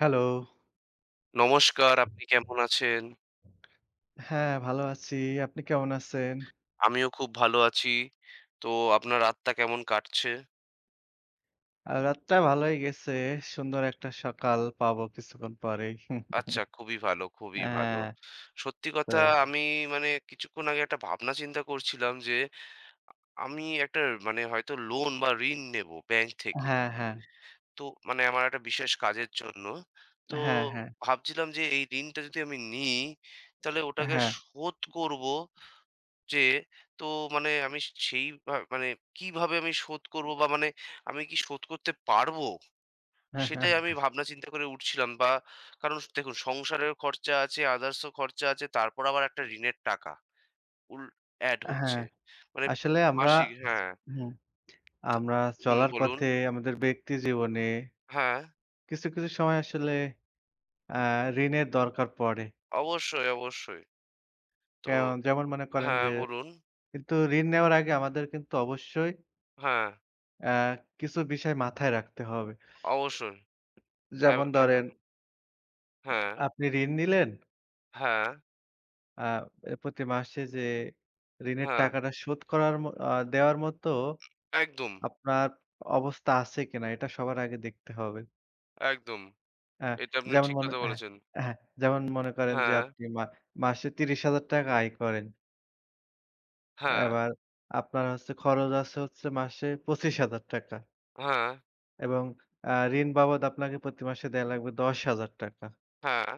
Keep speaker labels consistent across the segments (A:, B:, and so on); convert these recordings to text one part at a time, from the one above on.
A: Hello.
B: নমস্কার, আপনি কেমন আছেন?
A: হ্যাঁ, ভালো আছি। আপনি কেমন আছেন?
B: আমিও খুব ভালো আছি। তো আপনার রাতটা কেমন কাটছে?
A: রাতটা ভালোই গেছে। সুন্দর একটা সকাল পাবো কিছুক্ষণ পরেই।
B: আচ্ছা, খুবই ভালো, খুবই ভালো।
A: হ্যাঁ,
B: সত্যি
A: তো
B: কথা আমি কিছুক্ষণ আগে একটা ভাবনা চিন্তা করছিলাম যে, আমি একটা হয়তো লোন বা ঋণ নেবো ব্যাংক থেকে।
A: হ্যাঁ, হ্যাঁ।
B: তো আমার একটা বিশেষ কাজের জন্য। তো
A: হ্যাঁ, হ্যাঁ।
B: ভাবছিলাম যে এই ঋণটা যদি আমি নিই, তাহলে ওটাকে
A: হ্যাঁ,
B: শোধ করবো যে তো মানে আমি সেই ভা মানে কিভাবে আমি শোধ করব বা আমি কি শোধ করতে পারবো?
A: হ্যাঁ, হ্যাঁ,
B: সেটাই আমি ভাবনা চিন্তা করে উঠছিলাম বা কারণ দেখুন সংসারের খরচা আছে, আদার্সও খরচা আছে, তারপর আবার একটা ঋণের টাকা উল এড হচ্ছে।
A: হ্যাঁ।
B: মানে
A: আসলে
B: মাসিক হ্যাঁ,
A: হুম,
B: তো
A: আমরা
B: হুম,
A: চলার
B: বলুন।
A: পথে আমাদের ব্যক্তি জীবনে
B: হ্যাঁ,
A: কিছু, কিছু সময় আসলে আ ঋণের দরকার পড়ে।
B: অবশ্যই, অবশ্যই। তো
A: কেমন যেমন মনে করেন
B: হ্যাঁ,
A: যে
B: বলুন।
A: কিন্তু ঋণ নেওয়ার আগে আমাদের কিন্তু অবশ্যই
B: হ্যাঁ,
A: আ কিছু বিষয় মাথায় রাখতে হবে।
B: অবশ্যই।
A: যেমন
B: হ্যাঁ,
A: ধরেন
B: হ্যাঁ,
A: আপনি ঋণ নিলেন।
B: হ্যাঁ,
A: আ প্রতি মাসে যে ঋণের
B: হ্যাঁ,
A: টাকাটা শোধ করার ম আ দেওয়ার মতো
B: একদম,
A: আপনার অবস্থা আছে কিনা এটা সবার আগে দেখতে হবে।
B: একদম।
A: হ্যাঁ,
B: এটা আপনি
A: যেমন
B: ঠিক
A: মনে
B: কথা
A: হ্যাঁ,
B: বলেছেন।
A: হ্যাঁ, যেমন মনে করেন যে
B: হ্যাঁ,
A: আপনি মাসে ৳৩০,000 আয় করেন।
B: হ্যাঁ,
A: এবার আপনার হচ্ছে খরচ আছে হচ্ছে মাসে ৳25,000
B: হ্যাঁ,
A: এবং ঋণ বাবদ আপনাকে প্রতি মাসে দেয়া লাগবে ৳10,000
B: হ্যাঁ।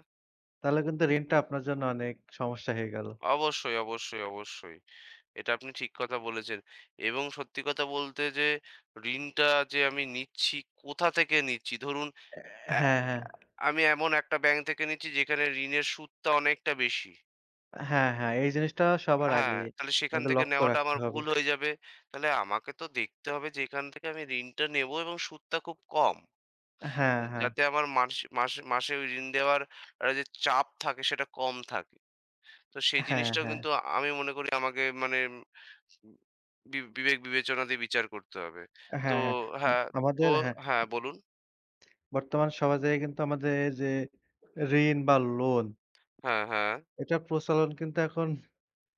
A: তাহলে কিন্তু ঋণটা আপনার জন্য অনেক সমস্যা হয়ে গেল।
B: অবশ্যই, অবশ্যই, অবশ্যই। এটা আপনি ঠিক কথা বলেছেন। এবং সত্যি কথা বলতে যে ঋণটা যে আমি নিচ্ছি, কোথা থেকে নিচ্ছি? ধরুন
A: অ্যা
B: অ্যা
A: হ্যাঁ, হ্যাঁ।
B: আমি এমন একটা ব্যাংক থেকে নিচ্ছি যেখানে ঋণের সুদটা অনেকটা বেশি।
A: হ্যাঁ, হ্যাঁ। এই জিনিসটা সবার আগে
B: হ্যাঁ, তাহলে সেখান
A: আমাদের
B: থেকে
A: লক্ষ্য
B: নেওয়াটা
A: রাখতে
B: আমার
A: হবে।
B: ভুল হয়ে যাবে। তাহলে আমাকে তো দেখতে হবে যে এখান থেকে আমি ঋণটা নেব এবং সুদটা খুব কম।
A: হ্যাঁ, হ্যাঁ।
B: যাতে আমার মাসে মাসে ওই ঋণ দেওয়ার যে চাপ থাকে সেটা কম থাকে। তো সেই
A: হ্যাঁ,
B: জিনিসটাও
A: হ্যাঁ।
B: কিন্তু আমি মনে করি আমাকে মানে উম বি বিবেক বিবেচনা দিয়ে বিচার করতে হবে। তো
A: হ্যাঁ, হ্যাঁ।
B: হ্যাঁ, তো
A: আমাদের হ্যাঁ,
B: হ্যাঁ, বলুন।
A: বর্তমান সমাজে কিন্তু আমাদের এই যে ঋণ বা লোন
B: হ্যাঁ, হ্যাঁ।
A: এটার প্রচলন কিন্তু এখন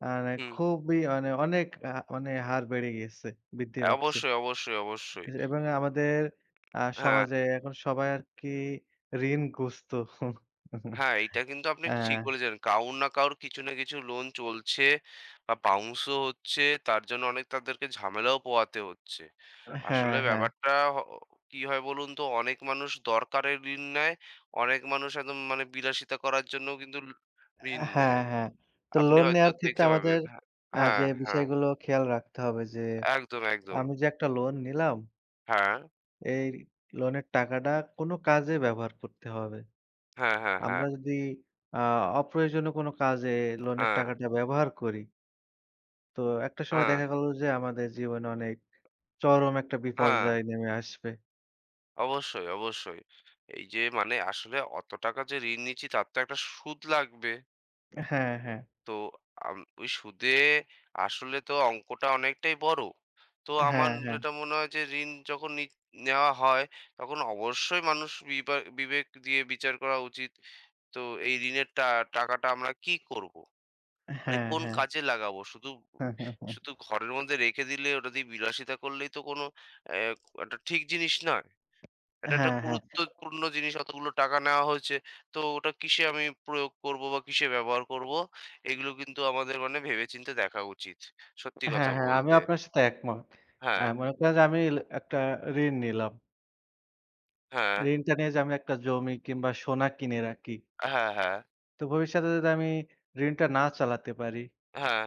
A: মানে
B: হুম।
A: খুবই মানে অনেক মানে হার বেড়ে গিয়েছে, বৃদ্ধি পাচ্ছে।
B: অবশ্যই, অবশ্যই, অবশ্যই।
A: এবং আমাদের
B: হ্যাঁ,
A: সমাজে এখন সবাই আরকি ঋণগ্রস্ত।
B: হ্যাঁ, এইটা কিন্তু আপনি
A: হ্যাঁ,
B: ঠিক বলেছেন। কারুর না কারুর কিছু না কিছু লোন চলছে বা বাউন্স ও হচ্ছে। তার জন্য অনেক তাদেরকে ঝামেলাও পোহাতে হচ্ছে।
A: হ্যাঁ,
B: আসলে
A: হ্যাঁ।
B: ব্যাপারটা হ কি হয় বলুন তো? অনেক মানুষ দরকারে ঋণ নেয়। অনেক মানুষ একদম বিলাসিতা করার জন্যও কিন্তু ঋণ
A: হ্যাঁ,
B: নেয়।
A: হ্যাঁ। তো
B: আপনি
A: লোন
B: হয়তো
A: নেওয়ার ক্ষেত্রে
B: দেখতে
A: আমাদের
B: পাবেন। হ্যাঁ, হ্যাঁ,
A: যে
B: হ্যাঁ,
A: বিষয়গুলো খেয়াল রাখতে হবে যে,
B: একদম, একদম।
A: আমি যে একটা লোন নিলাম,
B: হ্যাঁ,
A: এই লোনের টাকাটা কোনো কাজে ব্যবহার করতে হবে।
B: হ্যাঁ, হ্যাঁ, হ্যাঁ,
A: আমরা যদি আ অপ্রয়োজনীয় কোনো কাজে লোনের
B: হ্যাঁ,
A: টাকাটা ব্যবহার করি, তো একটা সময়
B: হ্যাঁ,
A: দেখা গেল যে আমাদের জীবনে অনেক চরম একটা
B: হ্যাঁ,
A: বিপর্যয় নেমে আসবে।
B: অবশ্যই, অবশ্যই। এই যে আসলে অত টাকা যে ঋণ নিচ্ছি তার তো একটা সুদ লাগবে।
A: হ্যাঁ, হ্যাঁ।
B: তো ওই সুদে আসলে তো অঙ্কটা অনেকটাই বড়। তো আমার
A: হ্যাঁ, হ্যাঁ।
B: যেটা মনে হয় যে ঋণ যখন নেওয়া হয় তখন অবশ্যই মানুষ বিবেক দিয়ে বিচার করা উচিত। তো এই ঋণের টাকাটা আমরা কি করব?
A: হ্যাঁ,
B: কোন
A: হ্যাঁ।
B: কাজে লাগাবো? শুধু শুধু ঘরের মধ্যে রেখে দিলে, ওটা দিয়ে বিলাসিতা করলেই তো কোনো অ্যা একটা ঠিক জিনিস নয়। এটা একটা
A: হ্যাঁ, হ্যাঁ।
B: গুরুত্বপূর্ণ জিনিস। অতগুলো টাকা নেওয়া হয়েছে। তো ওটা কিসে আমি প্রয়োগ করব বা কিসে ব্যবহার করব? এগুলো কিন্তু আমাদের ভেবেচিন্তে দেখা উচিত। সত্যি
A: হ্যাঁ,
B: কথা
A: হ্যাঁ, আমিও
B: বলতে।
A: আপনার সাথে একমত।
B: হ্যাঁ,
A: মনে করেন যে আমি একটা ঋণ নিলাম।
B: হ্যাঁ,
A: ঋণটা নিয়ে যে আমি একটা জমি কিংবা সোনা কিনে রাখি।
B: হ্যাঁ, হ্যাঁ,
A: তো ভবিষ্যতে যদি আমি ঋণটা না চালাতে পারি,
B: হ্যাঁ,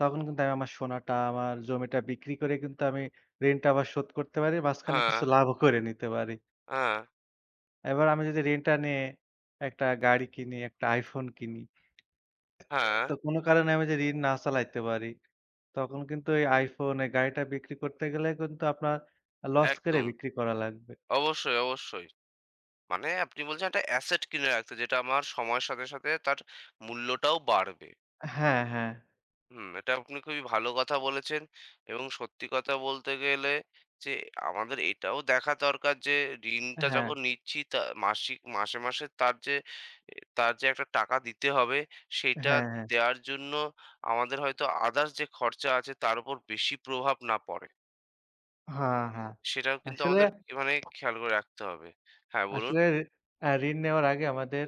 A: তখন কিন্তু আমি আমার সোনাটা, আমার জমিটা বিক্রি করে কিন্তু আমি ঋণটা আবার শোধ করতে পারি। মাঝখানে
B: হ্যাঁ,
A: কিছু লাভও করে নিতে পারি।
B: হ্যাঁ,
A: এবার আমি যদি ঋণটা নিয়ে একটা গাড়ি কিনি, একটা iPhone কিনি,
B: হ্যাঁ,
A: তো কোনো কারণে আমি যদি ঋণ না চালাইতে পারি, তখন কিন্তু এই iPhone, এই গাড়িটা বিক্রি করতে গেলে কিন্তু আপনার লস করে
B: একদম।
A: বিক্রি করা লাগবে।
B: অবশ্যই, অবশ্যই। আপনি বলছেন একটা অ্যাসেট কিনে রাখতে, যেটা আমার সময়ের সাথে, সাথে তার মূল্যটাও বাড়বে।
A: হ্যাঁ, হ্যাঁ,
B: হুম, এটা আপনি খুবই ভালো কথা বলেছেন এবং সত্যি কথা বলতে গেলে যে আমাদের এটাও দেখা দরকার যে ঋণটা
A: হ্যাঁ,
B: যখন নিচ্ছি মাসিক মাসে মাসে তার যে তার যে একটা টাকা দিতে হবে সেটা
A: হ্যাঁ, হ্যাঁ।
B: দেওয়ার জন্য আমাদের হয়তো আদার্স যে খরচা আছে তার উপর বেশি প্রভাব না পড়ে।
A: হ্যাঁ, হ্যাঁ।
B: সেটাও কিন্তু
A: আসলে
B: আমাদের খেয়াল করে রাখতে হবে। হ্যাঁ, বলুন?
A: আসলে ঋণ নেওয়ার আগে আমাদের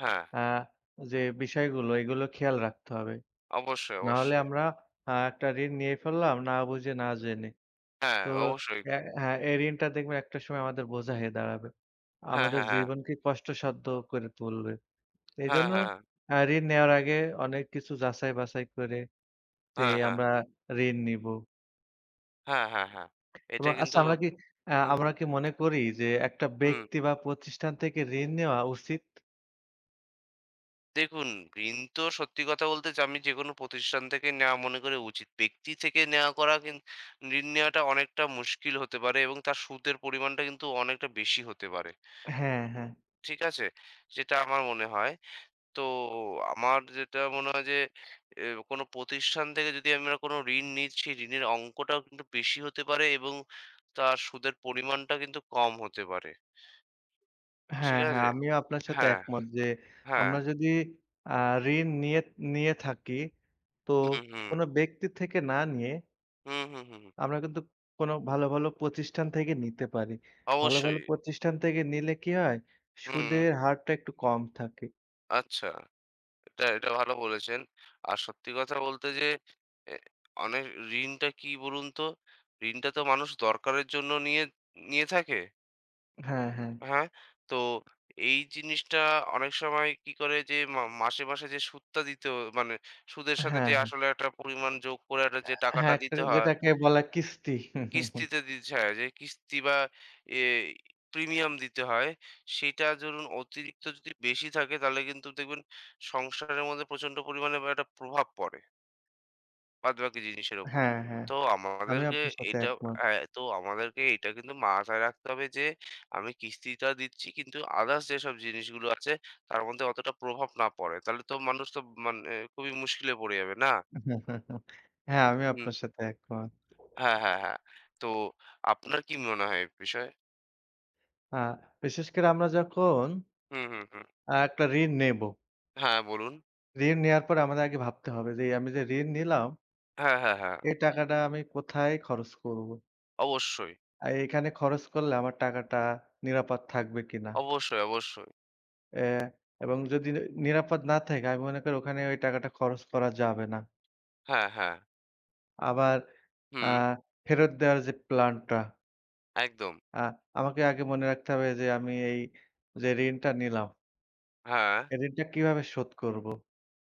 B: হ্যাঁ,
A: আ যে বিষয়গুলো এগুলো খেয়াল রাখতে হবে।
B: অবশ্যই,
A: নাহলে
B: অবশ্যই।
A: আমরা একটা ঋণ নিয়ে ফেললাম না বুঝে না জেনে।
B: হ্যাঁ,
A: তো
B: অবশ্যই।
A: হ্যাঁ, এই ঋণটা দেখবেন একটা সময় আমাদের বোঝা হয়ে দাঁড়াবে।
B: হ্যাঁ,
A: আমাদের
B: হ্যাঁ, হ্যাঁ।
A: জীবনকে কষ্টসাধ্য করে তুলবে।
B: হ্যাঁ,
A: এজন্য
B: হ্যাঁ, হ্যাঁ।
A: ঋণ নেওয়ার আগে অনেক কিছু যাচাই বাছাই করে তে
B: হ্যাঁ, হ্যাঁ।
A: আমরা ঋণ নিব।
B: হ্যাঁ, হ্যাঁ, হ্যাঁ। হ্যাঁ, এটা
A: এবং
B: কিন্তু
A: আচ্ছা
B: হুম।
A: আমরা কি মনে করি যে একটা
B: হুম,
A: ব্যক্তি বা প্রতিষ্ঠান থেকে ঋণ নেওয়া উচিত?
B: দেখুন ঋণ তো সত্যি কথা বলতে যে আমি যেকোনো প্রতিষ্ঠান থেকে নেওয়া মনে করি উচিত। ব্যক্তি থেকে নেওয়া করা কিন ঋণ নেওয়াটা অনেকটা মুশকিল হতে পারে এবং তার সুদের পরিমাণটা কিন্তু অনেকটা বেশি হতে পারে।
A: হ্যাঁ, হ্যাঁ।
B: ঠিক আছে? যেটা আমার মনে হয়। তো আমার যেটা মনে হয় যে এ কোনো প্রতিষ্ঠান থেকে যদি আমরা কোনো ঋণ নিই সেই ঋণের অঙ্কটাও কিন্তু বেশি হতে পারে এবং তার সুদের পরিমাণটা কিন্তু কম হতে পারে। ঠিক
A: হ্যাঁ, হ্যাঁ,
B: আছে?
A: আমিও আপনার সাথে
B: হ্যাঁ,
A: একমত যে
B: হ্যাঁ।
A: আমরা যদি আ ঋণ নিয়ে নিয়ে থাকি তো
B: হুম, হুম।
A: কোনো ব্যক্তির থেকে না নিয়ে
B: হুম, হুম, হুম, হুম।
A: আমরা কিন্তু কোনো ভালো, ভালো প্রতিষ্ঠান থেকে নিতে পারি। ভালো, ভালো
B: অবশ্যই।
A: প্রতিষ্ঠান থেকে নিলে কি হয়?
B: হুম,
A: সুদের হারটা একটু কম থাকে।
B: আচ্ছা। এটা এটা ভালো বলেছেন। আর সত্যি কথা বলতে যে এ অনেক ঋণটা কি বলুন তো? ঋণটা তো মানুষ দরকারের জন্য নিয়ে নিয়ে থাকে।
A: হ্যাঁ, হ্যাঁ।
B: হ্যাঁ? তো এই জিনিসটা অনেক সময় কি করে যে মাসে, মাসে যে সুদটা দিতে হ- মানে সুদের সাথে
A: হ্যাঁ,
B: যে
A: হ্যাঁ।
B: আসলে একটা পরিমাণ যোগ করে একটা যে টাকাটা
A: হ্যাঁ, একটা
B: দিতে হয়
A: যেটাকে বলা কিস্তি।
B: কিস্তিতে দিতে হয় যে কিস্তি বা এ প্রিমিয়াম দিতে হয়। সেটা ধরুন অতিরিক্ত যদি বেশি থাকে তাহলে কিন্তু দেখবেন সংসারের মধ্যে প্রচন্ড পরিমাণে বা একটা প্রভাব পড়ে বাদবাকি জিনিসের উপর।
A: হ্যাঁ, হ্যাঁ।
B: তো
A: আমি
B: আমাদেরকে
A: আপনার সাথে
B: এটা
A: একমত।
B: হ্যাঁ, তো আমাদেরকে এটা কিন্তু মাথায় রাখতে হবে যে আমি কিস্তিটা দিচ্ছি কিন্তু আদার্স যেসব জিনিসগুলো আছে তার মধ্যে অতটা প্রভাব না পড়ে। তাহলে তো মানুষ তো মানে খুবই মুশকিলে পড়ে যাবে, না?
A: হ্যাঁ, আমি
B: হুম।
A: আপনার সাথে একমত।
B: হ্যাঁ, হ্যাঁ, হ্যাঁ। তো আপনার কি মনে হয় এই বিষয়ে?
A: আ বিশেষ করে আমরা যখন
B: হুম, হুম, হুম।
A: একটা ঋণ নেব,
B: হ্যাঁ, বলুন।
A: ঋণ নেয়ার পরে আমাদের আগে ভাবতে হবে যে আমি যে ঋণ নিলাম,
B: হ্যাঁ, হ্যাঁ, হ্যাঁ।
A: এই টাকাটা আমি কোথায় খরচ করব?
B: অবশ্যই,
A: এখানে খরচ করলে আমার টাকাটা নিরাপদ থাকবে কিনা?
B: অবশ্যই, অবশ্যই।
A: এ এবং যদি নিরাপদ না থাকে আমি মনে করি ওখানে ওই টাকাটা খরচ করা যাবে না।
B: হ্যাঁ, হ্যাঁ।
A: আবার
B: হুম,
A: আ ফেরত দেওয়ার যে প্ল্যানটা
B: একদম।
A: আ আমাকে আগে মনে রাখতে হবে যে আমি এই যে ঋণটা নিলাম,
B: হ্যাঁ,
A: এই ঋণটা কিভাবে শোধ করব?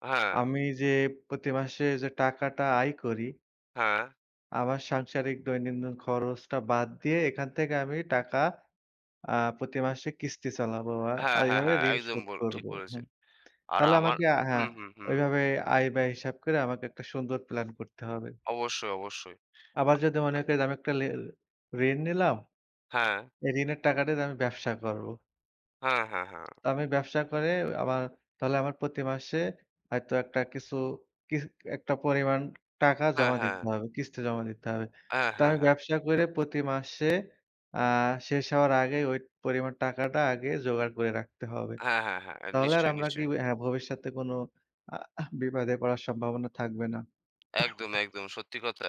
B: হ্যাঁ,
A: আমি যে প্রতি মাসে যে টাকাটা আয় করি,
B: হ্যাঁ,
A: আমার সাংসারিক দৈনন্দিন খরচটা বাদ দিয়ে এখান থেকে আমি টাকা প্রতি মাসে কিস্তি চালাবো
B: হ্যাঁ,
A: আর
B: হ্যাঁ,
A: এভাবে
B: হ্যাঁ।
A: ঋণ
B: একদম
A: শোধ
B: বল ঠিক
A: করব। হুম।
B: বলেছেন। আর
A: তাহলে
B: আমার
A: আমাকে হ্যাঁ,
B: হুম, হুম, হুম।
A: ওইভাবে আয়-ব্যয় হিসাব করে আমাকে একটা সুন্দর প্ল্যান করতে হবে।
B: অবশ্যই, অবশ্যই।
A: আবার যদি মনে করি যে আমি একটা ঋণ নিলাম,
B: হ্যাঁ,
A: এই ঋণের টাকাটা দিয়ে আমি ব্যবসা করব।
B: হ্যাঁ, হ্যাঁ, হ্যাঁ।
A: তো আমি ব্যবসা করে আমার তাহলে আমার প্রতি মাসে হয়তো একটা কিছু কিস একটা পরিমাণ টাকা
B: হ্যাঁ,
A: জমা
B: হ্যাঁ।
A: দিতে হবে, কিস্তি জমা দিতে হবে।
B: হ্যাঁ,
A: তো
B: হ্যাঁ,
A: আমি
B: হ্যাঁ।
A: ব্যবসা করে প্রতি মাসে আ শেষ হওয়ার আগে ওই পরিমাণ টাকাটা আগে জোগাড় করে রাখতে হবে।
B: হ্যাঁ, হ্যাঁ, হ্যাঁ। হ্যাঁ,
A: তাহলে আর
B: নিশ্চয়ই,
A: আমরা কি
B: নিশ্চয়ই।
A: হ্যাঁ, ভবিষ্যতে কোনো বিবাদে পড়ার সম্ভাবনা থাকবে না।
B: একদম, একদম। সত্যি কথা।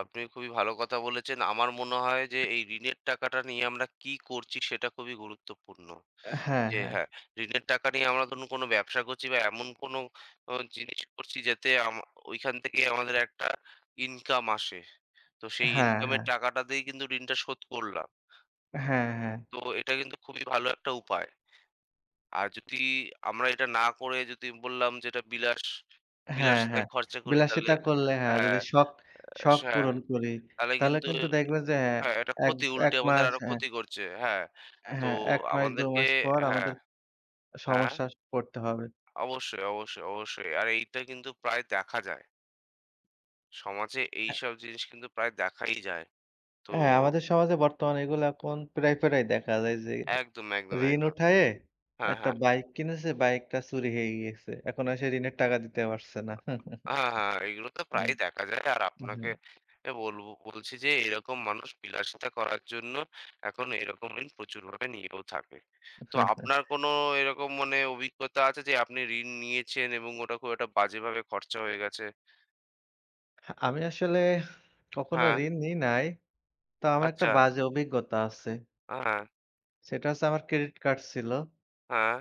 B: আপনি খুবই ভালো কথা বলেছেন। আমার মনে হয় যে এই ঋণের টাকাটা নিয়ে আমরা কি করছি সেটা খুবই গুরুত্বপূর্ণ।
A: হ্যাঁ,
B: যে
A: হ্যাঁ।
B: হ্যাঁ, ঋণের টাকা নিয়ে আমরা ধরুন কোনো ব্যবসা করছি বা এমন কোনো জিনিস করছি যাতে ওইখান থেকে আমাদের একটা ইনকাম আসে। তো সেই
A: হ্যাঁ,
B: ইনকামের
A: হ্যাঁ।
B: টাকাটা দিয়েই কিন্তু ঋণটা শোধ করলাম।
A: হ্যাঁ, হ্যাঁ।
B: তো এটা কিন্তু খুবই ভালো একটা উপায়। আর যদি আমরা এটা না করে যদি বললাম যে এটা
A: হ্যাঁ,
B: বিলাসিতায়
A: হ্যাঁ।
B: খরচা করি তাহলে
A: বিলাসিতা করলে হ্যাঁ, যদি
B: হ্যাঁ,
A: শখ
B: হ্যাঁ,
A: পূরণ করি,
B: তাহলে
A: তাহলে
B: কিন্তু
A: কিন্তু দেখবেন যে হ্যাঁ,
B: হ্যাঁ, এটা
A: এক
B: ক্ষতি
A: ১
B: উল্টে আমাদের
A: মাস
B: আরো
A: হ্যাঁ,
B: ক্ষতি করছে। হ্যাঁ, তো
A: হ্যাঁ, ১ মাস ২
B: আমাদেরকে
A: মাস পর
B: হ্যাঁ,
A: আমাদের
B: হ্যাঁ?
A: সমস্যা পড়তে হবে।
B: অবশ্যই, অবশ্যই, অবশ্যই। আর এইটা কিন্তু প্রায় দেখা যায়। সমাজে
A: অ্যা
B: এইসব জিনিস কিন্তু প্রায় দেখাই যায়। তো
A: হ্যাঁ, আমাদের সমাজে বর্তমানে এগুলা এখন প্রায়, প্রায় দেখা যায় যে
B: একদম, একদম,
A: ঋণ
B: একদম।
A: উঠায়ে
B: হ্যাঁ,
A: একটা
B: হ্যাঁ।
A: বাইক কিনেছে, বাইকটা চুরি হয়ে গিয়েছে। এখন আর সে ঋণের টাকা দিতে পারছে না।
B: হ্যাঁ, হ্যাঁ, এগুলো তো
A: হুম,
B: প্রায়ই দেখা যায়। আর আপনাকে
A: হুম।
B: বলব বলছি যে এরকম মানুষ বিলাসিতা করার জন্য এখন এরকম ঋণ প্রচুরভাবে নিয়েও থাকে। তো আপনার কোনো এরকম অভিজ্ঞতা আছে যে আপনি ঋণ নিয়েছেন এবং ওটা খুব একটা বাজেভাবে খরচা হয়ে গেছে?
A: আমি আসলে কখনো
B: হ্যাঁ,
A: ঋণ নিই নাই। তো আমার একটা
B: আচ্ছা।
A: বাজে অভিজ্ঞতা আছে।
B: হ্যাঁ, হ্যাঁ।
A: সেটা হচ্ছে আমার ক্রেডিট কার্ড ছিল।
B: হ্যাঁ,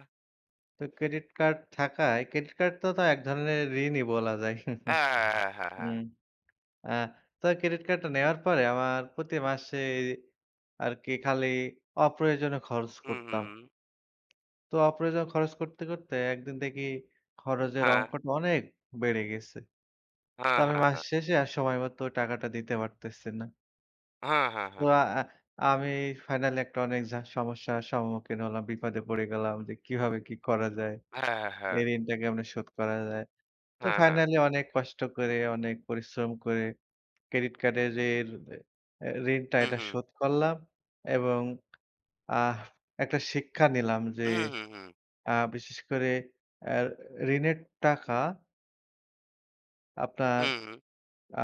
A: তো ক্রেডিট কার্ড থাকায় ক্রেডিট কার্ড তো এক ধরনের ঋণই বলা যায়।
B: হ্যাঁ, হ্যাঁ, হ্যাঁ, হ্যাঁ।
A: হুম। আ তো ক্রেডিট কার্ডটা নেওয়ার পরে আমার প্রতি মাসে আরকি খালি অপ্রয়োজনীয় খরচ
B: হুম, হুম,
A: করতাম।
B: হুম।
A: তো অপ্রয়োজনীয় খরচ করতে, করতে একদিন দেখি খরচের
B: হ্যাঁ।
A: অঙ্কটা অনেক বেড়ে গেছে। তো
B: হ্যাঁ,
A: আমি
B: হ্যাঁ,
A: মাস
B: হ্যাঁ।
A: শেষে আর সময় মতো টাকাটা দিতে পারতেছি না।
B: হ্যাঁ, হ্যাঁ,
A: তো
B: হ্যাঁ।
A: আ আ আমি ফাইনালি একটা অনেক সমস্যার সম্মুখীন হলাম। বিপদে পড়ে গেলাম যে কিভাবে কি করা যায়? এই ঋণটা কেমনে শোধ করা যায়। তো
B: হ্যাঁ, হ্যাঁ।
A: ফাইনালি অনেক কষ্ট করে, অনেক পরিশ্রম করে ক্রেডিট কার্ডের যে ঋণটা
B: হু,
A: এটা
B: হু।
A: শোধ করলাম এবং আহ একটা শিক্ষা নিলাম যে
B: হু, হু, হু।
A: বিশেষ করে অ্যা ঋণের টাকা আপনার
B: হু, হু।
A: আ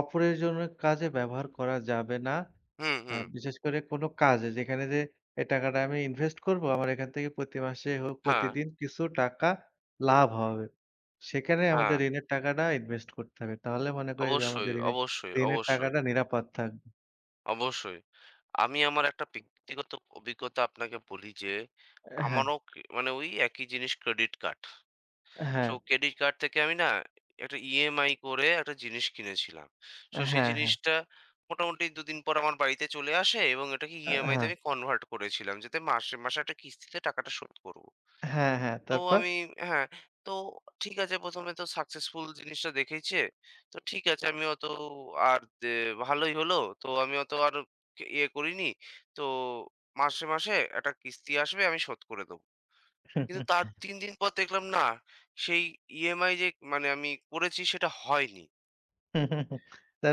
A: অপ্রয়োজনীয় কাজে ব্যবহার করা যাবে না।
B: হু, হু।
A: বিশেষ করে কোনো কাজে যেখানে যে টাকাটা আমি ইনভেস্ট করবো, আমার এখান থেকে প্রতি মাসে হোক
B: হ্যাঁ,
A: প্রতিদিন কিছু টাকা লাভ হবে। সেখানে
B: হ্যাঁ।
A: আমাদের ঋণের টাকাটা ইনভেস্ট করতে হবে। তাহলে মনে করি যে
B: অবশ্যই,
A: আমাদের
B: অবশ্যই,
A: ঋণের
B: অবশ্যই,
A: টাকাটা নিরাপদ থাকবে।
B: অবশ্যই। আমি আমার একটা ব্যক্তিগত অভিজ্ঞতা আপনাকে বলি যে,
A: হ্যাঁ,
B: আমারও ক মানে ওই একই জিনিস ক্রেডিট কার্ড। সো
A: হ্যাঁ,
B: ক্রেডিট কার্ড থেকে আমি না একটা ইএমআই করে একটা জিনিস কিনেছিলাম। সো সেই
A: হ্যাঁ, হ্যাঁ,
B: জিনিসটা মোটামুটি ২ দিন পর আমার বাড়িতে চলে আসে এবং এটাকে ইএমআই তে
A: হ্যাঁ,
B: আমি কনভার্ট করেছিলাম। যাতে মাসে, মাসে একটা কিস্তিতে টাকাটা শোধ করব।
A: হ্যাঁ, হ্যাঁ,
B: তো
A: তারপর?
B: আমি হ্যাঁ, তো ঠিক আছে ১ম এ তো সাকসেসফুল জিনিসটা দেখেইছে। তো ঠিক আছে আমি অত আর দে ভালোই হলো। তো আমি অত আর কে ইয়ে করিনি। তো মাসে, মাসে একটা কিস্তি আসবে আমি শোধ করে দেব। কিন্তু তার ৩ দিন পর দেখলাম না সেই ইএমআই যে আমি করেছি সেটা হয়নি।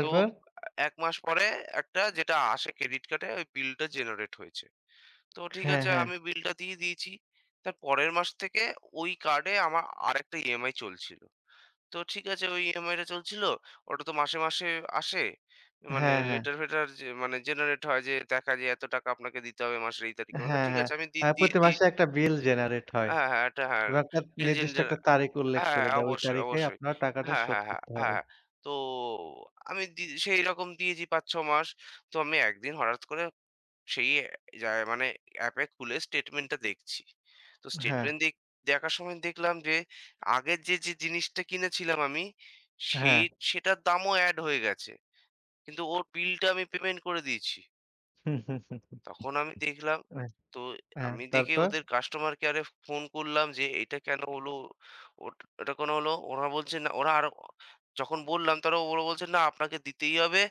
B: তো ১ মাস পরে একটা যেটা আসে ক্রেডিট কার্ডে ওই বিলটা জেনারেট হয়েছে। তো ঠিক
A: হ্যাঁ,
B: আছে
A: হ্যাঁ,
B: আমি বিলটা দিয়ে দিয়েছি। তার পরের মাস থেকে ওই কার্ডে আমার আরেকটা ইএমআই চলছিল। তো ঠিক আছে ওই ইএমআইটা চলছিল। ওটা তো মাসে, মাসে আসে।
A: হ্যাঁ, হ্যাঁ,
B: লেটার ফেটার যে জেনারেট হয় যে দেখা যায় এত টাকা আপনাকে দিতে হবে মাসের এই তারিখে।
A: হ্যাঁ,
B: ঠিক
A: হ্যাঁ।
B: আছে আমি
A: প্রতি
B: দিয়েছি।
A: মাসে একটা বিল জেনারেট হয়।
B: হ্যাঁ, হ্যাঁ, এটা হ্যাঁ।
A: এবং একটা
B: বিল
A: নির্দিষ্ট
B: জেনারে
A: একটা তারিখ উল্লেখ
B: হ্যাঁ,
A: করে
B: হ্যাঁ,
A: দেয়। ওই
B: অবশ্যই,
A: তারিখে
B: অবশ্যই।
A: আপনার টাকাটা
B: হ্যাঁ,
A: শোধ
B: হ্যাঁ, হ্যাঁ, হ্যাঁ।
A: করতে হবে।
B: হ্যাঁ। তো আমি সেইরকম দিয়েছি ৫-৬ মাস। তো আমি একদিন হঠাৎ করে সেই যা মানে অ্যাপে খুলে স্টেটমেন্টটা দেখছি। তো
A: হ্যাঁ,
B: স্টেটমেন্ট দেখ দেখার সময় দেখলাম যে আগের যে জিনিসটা কিনেছিলাম আমি সেই
A: হ্যাঁ।
B: সেটার দামও এড হয়ে গেছে। কিন্তু ওর বিলটা আমি পেমেন্ট করে দিয়েছি। তখন আমি দেখলাম
A: অ্যা
B: তো
A: হ্যাঁ,
B: আমি দেখে
A: তারপর?
B: ওদের কাস্টমার কেয়ারে ফোন করলাম যে এটা কেন হলো? ওট এটা কেন হলো? ওরা বলছে না ওরা আরো যখন বললাম ওরা বলছে, "না আপনাকে দিতেই হবে।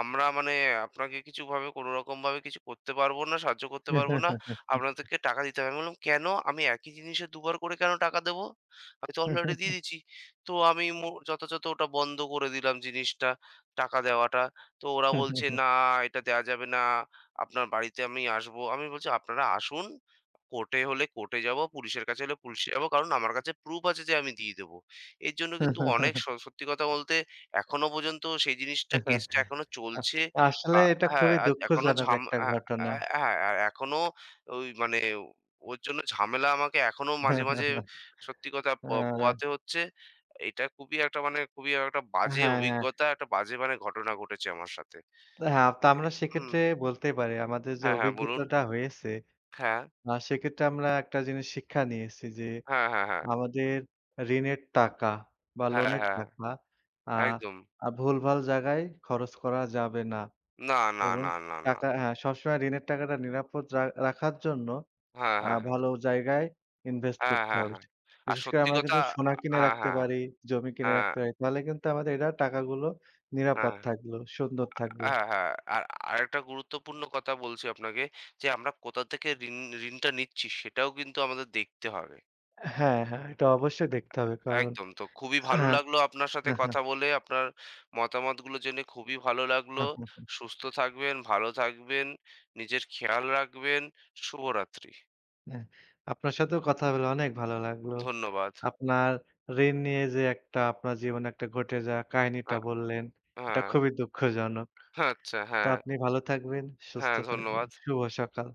B: আমরা আপনাকে কিছুভাবে কোনোরকমভাবে কিছু করতে পারবো না, সাহায্য করতে পারবো না। আপনাদেরকে টাকা দিতে হবে।" আমি বললাম, "কেন? আমি একই জিনিসে দুবার করে কেন টাকা দেবো? আমি তো অলরেডি দিয়ে দিচ্ছি।" তো আমি যথাযথ ওটা বন্ধ করে দিলাম জিনিসটা, টাকা দেওয়াটা। তো ওরা বলছে, "না, এটা দেয়া যাবে না।" আপনার বাড়িতে আমি আসবো। আমি বলছি, "আপনারা আসুন। কোর্টে হলে কোর্টে যাবো, পুলিশের কাছে হলে পুলিশে যাবো। কারণ আমার কাছে প্রুফ আছে যে আমি দিয়ে দেবো।" এর জন্য কিন্তু অনেক সত্যি কথা বলতে এখনো পর্যন্ত সেই জিনিসটা কেসটা এখনো চলছে। আ
A: আসলে এটা
B: হ্যাঁ,
A: খুবই
B: আর এখনো
A: দুঃখজনক
B: ঝাম
A: একটা
B: আ আ
A: ঘটনা।
B: হ্যাঁ, আর এখনো ওই ওর জন্য ঝামেলা আমাকে এখনো মাঝে, মাঝে সত্যি কথা
A: আ
B: পোহাতে হচ্ছে। এটা খুবই একটা খুবই একটা বাজে
A: হ্যাঁ, হ্যাঁ।
B: অভিজ্ঞতা, একটা বাজে ঘটনা ঘটেছে আমার সাথে।
A: হ্যাঁ, তো আমরা
B: হুম।
A: সেক্ষেত্রে বলতেই পারি আমাদের যে
B: হ্যাঁ, হ্যাঁ বলুন।
A: অভিজ্ঞতাটা হয়েছে,
B: হ্যাঁ।
A: সেক্ষেত্রে আমরা একটা জিনিস শিক্ষা নিয়েছি যে
B: হ্যাঁ, হ্যাঁ, হ্যাঁ।
A: আমাদের ঋণের টাকা বা
B: হ্যাঁ,
A: লোনের
B: হ্যাঁ।
A: টাকা আ
B: একদম।
A: আ ভুলভাল জায়গায় খরচ করা যাবে না
B: না, না,
A: এবং
B: না, না, না।
A: হ্যাঁ, সবসময় ঋণের টাকাটা নিরাপদ রাখার জন্য
B: হ্যাঁ, হ্যাঁ, হ্যাঁ।
A: ভালো জায়গায় ইনভেস্ট
B: হ্যাঁ,
A: করতে
B: হ্যাঁ,
A: হবে।
B: হ্যাঁ। আর
A: বিশেষ করে
B: সত্যি
A: আমরা
B: কথা
A: কিন্তু
B: আ
A: সোনা কিনে
B: হ্যাঁ,
A: রাখতে
B: হ্যাঁ,
A: পারি, জমি কিনে
B: হ্যাঁ, হ্যাঁ,
A: রাখতে পারি। তাহলে কিন্তু আমাদের এটা টাকাগুলো নিরাপদ
B: হ্যাঁ,
A: থাকলো, সুন্দর থাকলো।
B: হ্যাঁ। হ্যাঁ, আর আরেকটা গুরুত্বপূর্ণ কথা বলছি আপনাকে যে আমরা কোথা থেকে ঋণটা নিচ্ছি সেটাও কিন্তু আমাদের দেখতে হবে।
A: হ্যাঁ, হ্যাঁ, এটা অবশ্যই দেখতে হবে কারণ
B: একদম। তো খুবই ভালো
A: হ্যাঁ,
B: লাগলো আপনার সাথে
A: হ্যাঁ, হ্যাঁ,
B: কথা বলে। আপনার মতামতগুলো জেনে খুবই ভালো লাগলো।
A: হ্যাঁ, হ্যাঁ,
B: সুস্থ থাকবেন, ভালো থাকবেন, নিজের খেয়াল রাখবেন। শুভরাত্রি।
A: হ্যাঁ। আপনার সাথেও কথা বলে অনেক ভালো লাগলো।
B: ধন্যবাদ।
A: আপনার ঋণ নিয়ে যে একটা আপনার জীবনে একটা ঘটে যাওয়া
B: আ
A: কাহিনীটা বললেন, এটা
B: হ্যাঁ।
A: খুবই দুঃখজনক।
B: আচ্ছা,
A: তো
B: হ্যাঁ,
A: আপনি ভালো থাকবেন, সুস্থ
B: হ্যাঁ,
A: থাকবেন।
B: ধন্যবাদ।
A: শুভ সকাল।